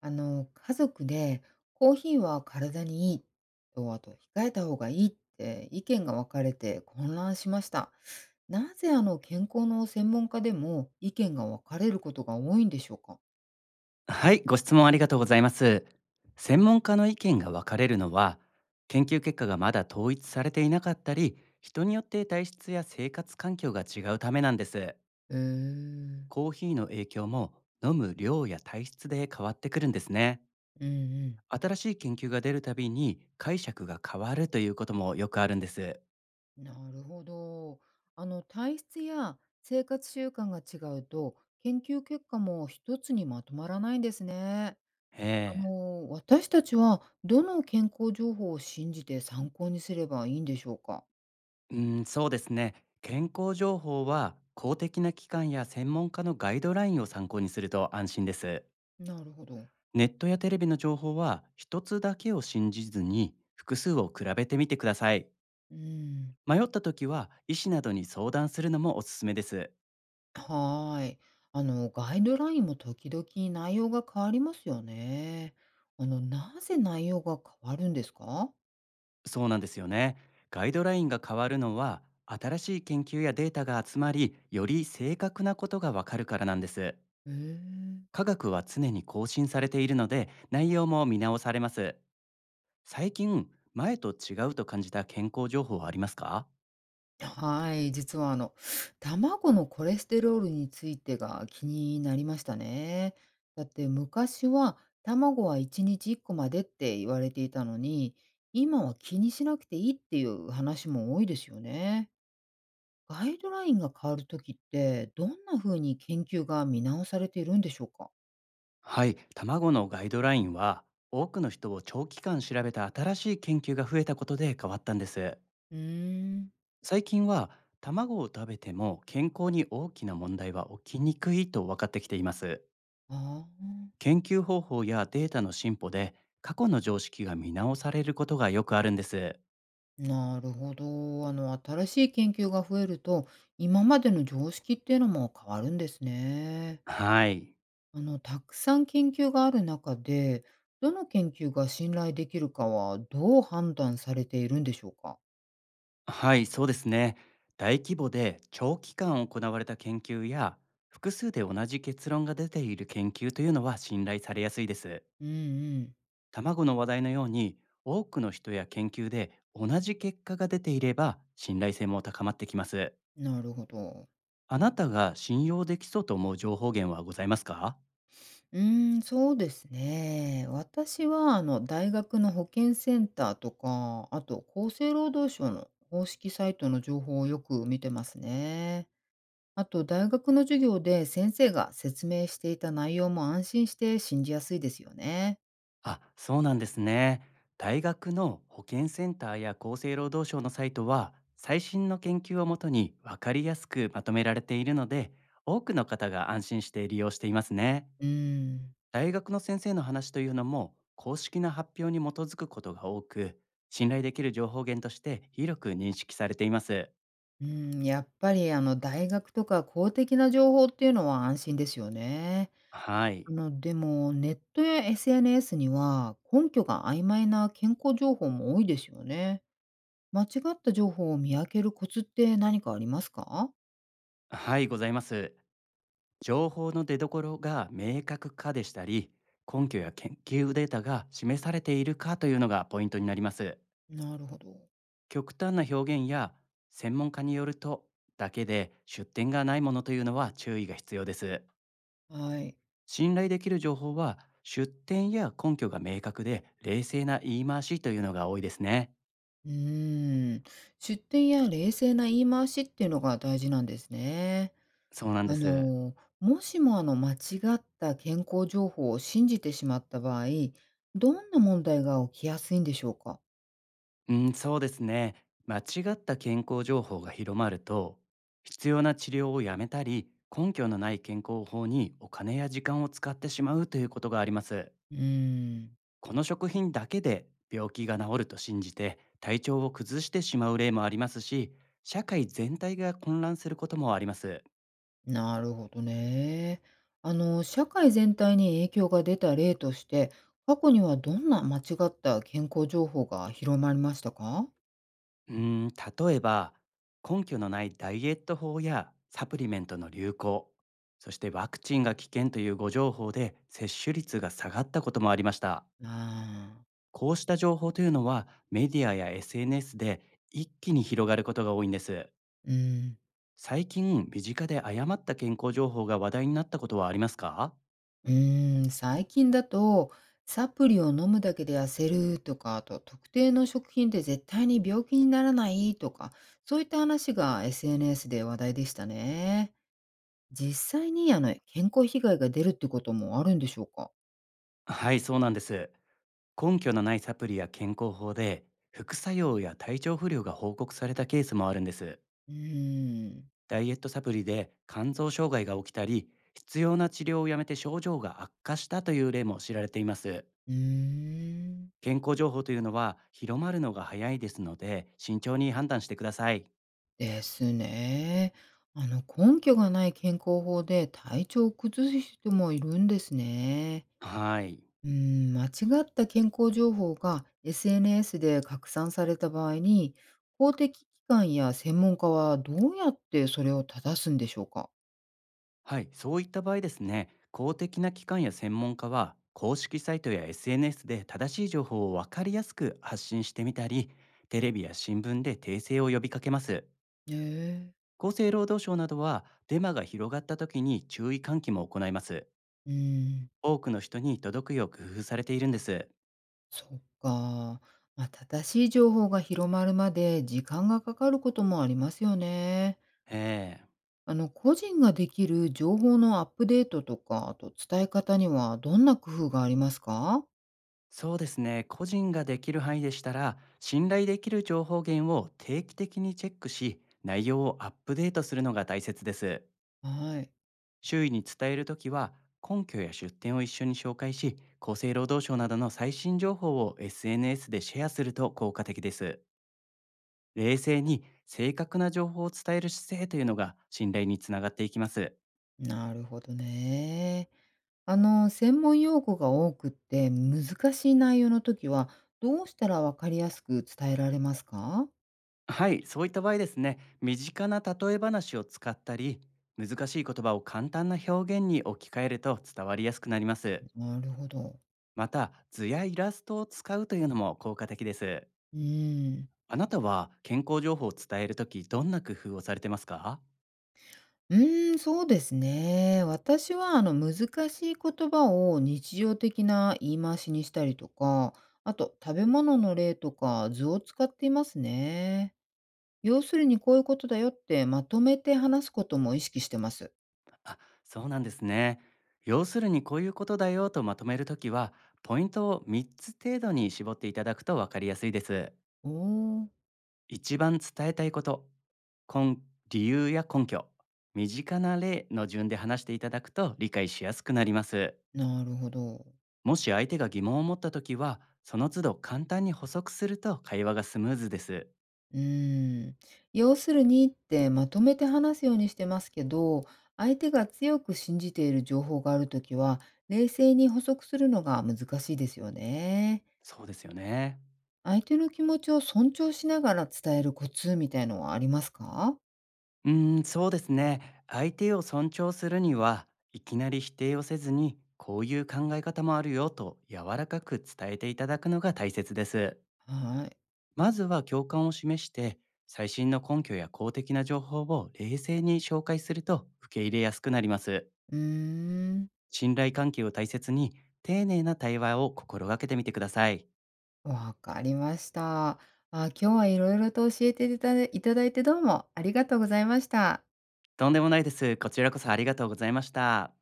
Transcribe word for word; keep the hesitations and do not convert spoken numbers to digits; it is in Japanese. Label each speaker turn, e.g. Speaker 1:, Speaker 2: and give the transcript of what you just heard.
Speaker 1: あの、家族でコーヒーは体にいいと、あと控えた方がいいって意見が分かれて混乱しました。なぜあの健康の専門家でも意見が分かれることが多いんでしょうか？
Speaker 2: はい、ご質問ありがとうございます。専門家の意見が分かれるのは、研究結果がまだ統一されていなかったり、人によって体質や生活環境が違うためなんです。
Speaker 1: へえ。
Speaker 2: コーヒーの影響も飲む量や体質で変わってくるんですね。
Speaker 1: うんうん。
Speaker 2: 新しい研究が出るたびに解釈が変わるということもよくあるんです。
Speaker 1: なるほど。あの体質や生活習慣が違うと研究結果も一つにまとまらないんですね。あ
Speaker 2: え
Speaker 1: の私たちはどの健康情報を信じて参考にすればいいんでしょうか？
Speaker 2: え、うん、そうですね。健康情報は公的な機関や専門家のガイドラインを参考にすると安心です。
Speaker 1: なるほど。
Speaker 2: ネットやテレビの情報は一つだけを信じずに複数を比べてみてください。
Speaker 1: うん。
Speaker 2: 迷った時は医師などに相談するのもおすすめです。
Speaker 1: はーい。あの、ガイドラインも時々内容が変わりますよね。あの、なぜ内容が変わるんですか？
Speaker 2: そうなんですよね。ガイドラインが変わるのは新しい研究やデータが集まり、より正確なことがわかるからなんです。
Speaker 1: へー。
Speaker 2: 科学は常に更新されているので内容も見直されます。最近前と違うと感じた健康情報はありますか？
Speaker 1: はい。実はあの、卵のコレステロールについてが気になりましたね。だって昔は卵はいちにちいっこまでって言われていたのに、今は気にしなくていいっていう話も多いですよね。ガイドラインが変わるときって、どんな風に研究が見直されているんでしょうか？
Speaker 2: はい、卵のガイドラインは多くの人を長期間調べた新しい研究が増えたことで変わったんです。
Speaker 1: うーん。
Speaker 2: 最近は卵を食べても健康に大きな問題は起きにくいと分かってきています。
Speaker 1: ああ、
Speaker 2: 研究方法やデータの進歩で過去の常識が見直されることがよくあるんです。
Speaker 1: なるほど。あの、新しい研究が増えると、今までの常識っていうのも変わるんですね。
Speaker 2: はい
Speaker 1: あの、たくさん研究がある中で、どの研究が信頼できるかは、どう判断されているんでしょうか？
Speaker 2: はい、そうですね。大規模で長期間行われた研究や、複数で同じ結論が出ている研究というのは信頼されやすいです。
Speaker 1: うんうん。
Speaker 2: 卵の話題のように、多くの人や研究で同じ結果が出ていれば信頼性も高まってきます。
Speaker 1: なるほど。
Speaker 2: あなたが信用できそうと思う情報源はございますか？
Speaker 1: うーん、そうですね。私は、あの、大学の保健センターとか、あと厚生労働省の公式サイトの情報をよく見てますね。あと、大学の授業で先生が説明していた内容も安心して信じやすいですよね。
Speaker 2: あ、そうなんですね。大学の保健センターや厚生労働省のサイトは最新の研究をもとに分かりやすくまとめられているので、多くの方が安心して利用していますね。
Speaker 1: うーん。
Speaker 2: 大学の先生の話というのも公式な発表に基づくことが多く、信頼できる情報源として広く認識されています。
Speaker 1: うん、やっぱりあの大学とか公的な情報っていうのは安心ですよね。
Speaker 2: はい
Speaker 1: あの、でもネットや エスエヌエス には根拠が曖昧な健康情報も多いですよね。間違った情報を見分けるコツって何かありますか？
Speaker 2: はい、ございます。情報の出所が明確化でしたり、根拠や研究データが示されているかというのがポイントになります。
Speaker 1: なるほど。
Speaker 2: 極端な表現や、専門家によるとだけで出典がないものというのは注意が必要です。
Speaker 1: はい。
Speaker 2: 信頼できる情報は出典や根拠が明確で冷静な言い回しというのが多いですね。
Speaker 1: うーん、出典や冷静な言い回しっていうのが大事なんですね。
Speaker 2: そうなんで
Speaker 1: あ
Speaker 2: す。
Speaker 1: の、もしもあの間違った健康情報を信じてしまった場合、どんな問題が起きやすいんでしょうか？
Speaker 2: うん、そうですね。間違った健康情報が広まると、必要な治療をやめたり、根拠のない健康法にお金や時間を使ってしまうということがあります。
Speaker 1: うーん、
Speaker 2: この食品だけで病気が治ると信じて体調を崩してしまう例もありますし、社会全体が混乱することもあります。
Speaker 1: なるほどね。あの、社会全体に影響が出た例として、過去にはどんな間違った健康情報が広まりましたか？
Speaker 2: うーん、例えば根拠のないダイエット法やサプリメントの流行、そしてワクチンが危険というご情報で接種率が下がったこともありました。
Speaker 1: ああ。
Speaker 2: こうした情報というのはメディアや エスエヌエス で一気に広がることが多いんです。
Speaker 1: うん。
Speaker 2: 最近、身近で誤った健康情報が話題になったことはありますか？
Speaker 1: うーん、最近だと、サプリを飲むだけで痩せるとか、あと特定の食品で絶対に病気にならないとか、そういった話が エスエヌエス で話題でしたね。実際にあの健康被害が出るってこともあるんでしょうか？
Speaker 2: はい、そうなんです。根拠のないサプリや健康法で副作用や体調不良が報告されたケースもあるんです。
Speaker 1: うーん。
Speaker 2: ダイエットサプリで肝臓障害が起きたり、必要な治療をやめて症状が悪化したという例も知られています。
Speaker 1: うーん、
Speaker 2: 健康情報というのは広まるのが早いですので、慎重に判断してください。
Speaker 1: ですね。あの根拠がない健康法で体調を崩す人もいるんですね。
Speaker 2: はい。
Speaker 1: うーん、間違った健康情報が エスエヌエス で拡散された場合に、公的機関や専門家はどうやってそれを正すんでしょうか？
Speaker 2: はい、そういった場合ですね、公的な機関や専門家は、公式サイトや エスエヌエス で正しい情報をわかりやすく発信してみたり、テレビや新聞で訂正を呼びかけます。
Speaker 1: へえ。
Speaker 2: 厚生労働省などは、デマが広がった時に注意喚起も行います。
Speaker 1: うーん、
Speaker 2: 多くの人に届くよう工夫されているんです。
Speaker 1: そっか。まあ、正しい情報が広まるまで時間がかかることもありますよね。
Speaker 2: ええ、
Speaker 1: あの、個人ができる情報のアップデートとか、あと伝え方にはどんな工夫がありますか？
Speaker 2: そうですね。個人ができる範囲でしたら、信頼できる情報源を定期的にチェックし、内容をアップデートするのが大切です。
Speaker 1: はい。
Speaker 2: 周囲に伝えるときは、根拠や出典を一緒に紹介し、厚生労働省などの最新情報を エスエヌエス でシェアすると効果的です。冷静に正確な情報を伝える姿勢というのが信頼につながっていきます。
Speaker 1: なるほどね。あの、専門用語が多くって難しい内容の時は、どうしたらわかりやすく伝えられますか？
Speaker 2: はい、そういった場合ですね、身近な例え話を使ったり、難しい言葉を簡単な表現に置き換えると伝わりやすくなります。
Speaker 1: なるほど。
Speaker 2: また、図やイラストを使うというのも効果的です。
Speaker 1: うーん。
Speaker 2: あなたは健康情報を伝えるとき、どんな工夫をされてますか？
Speaker 1: うーん、そうですね。私はあの難しい言葉を日常的な言い回しにしたりとか、あと食べ物の例とか図を使っていますね。要するにこういうことだよってまとめて話すことも意識してます。
Speaker 2: あ、そうなんですね。要するにこういうことだよとまとめるときは、ポイントをみっつ程度に絞っていただくとわかりやすいです。
Speaker 1: おお、
Speaker 2: 一番伝えたいこと、根理由や根拠、身近な例の順で話していただくと理解しやすくなります。
Speaker 1: なるほど。
Speaker 2: もし相手が疑問を持ったときは、その都度簡単に補足すると会話がスムーズです。
Speaker 1: うーん、要するにってまとめて話すようにしてますけど、相手が強く信じている情報があるときは、冷静に補足するのが難しいですよね。
Speaker 2: そうですよね。
Speaker 1: 相手の気持ちを尊重しながら伝えるコツみたいのはありますか？
Speaker 2: うーん、そうですね。相手を尊重するには、いきなり否定をせずに、こういう考え方もあるよと柔らかく伝えていただくのが大切です。
Speaker 1: はい。
Speaker 2: まずは共感を示して、最新の根拠や公的な情報を冷静に紹介すると受け入れやすくなります。
Speaker 1: うーん、
Speaker 2: 信頼関係を大切に、丁寧な対話を心がけてみてください。
Speaker 1: わかりました。あ、今日はいろいろと教えていただいただいてどうもありがとうございました。
Speaker 2: とんでもないです。こちらこそありがとうございました。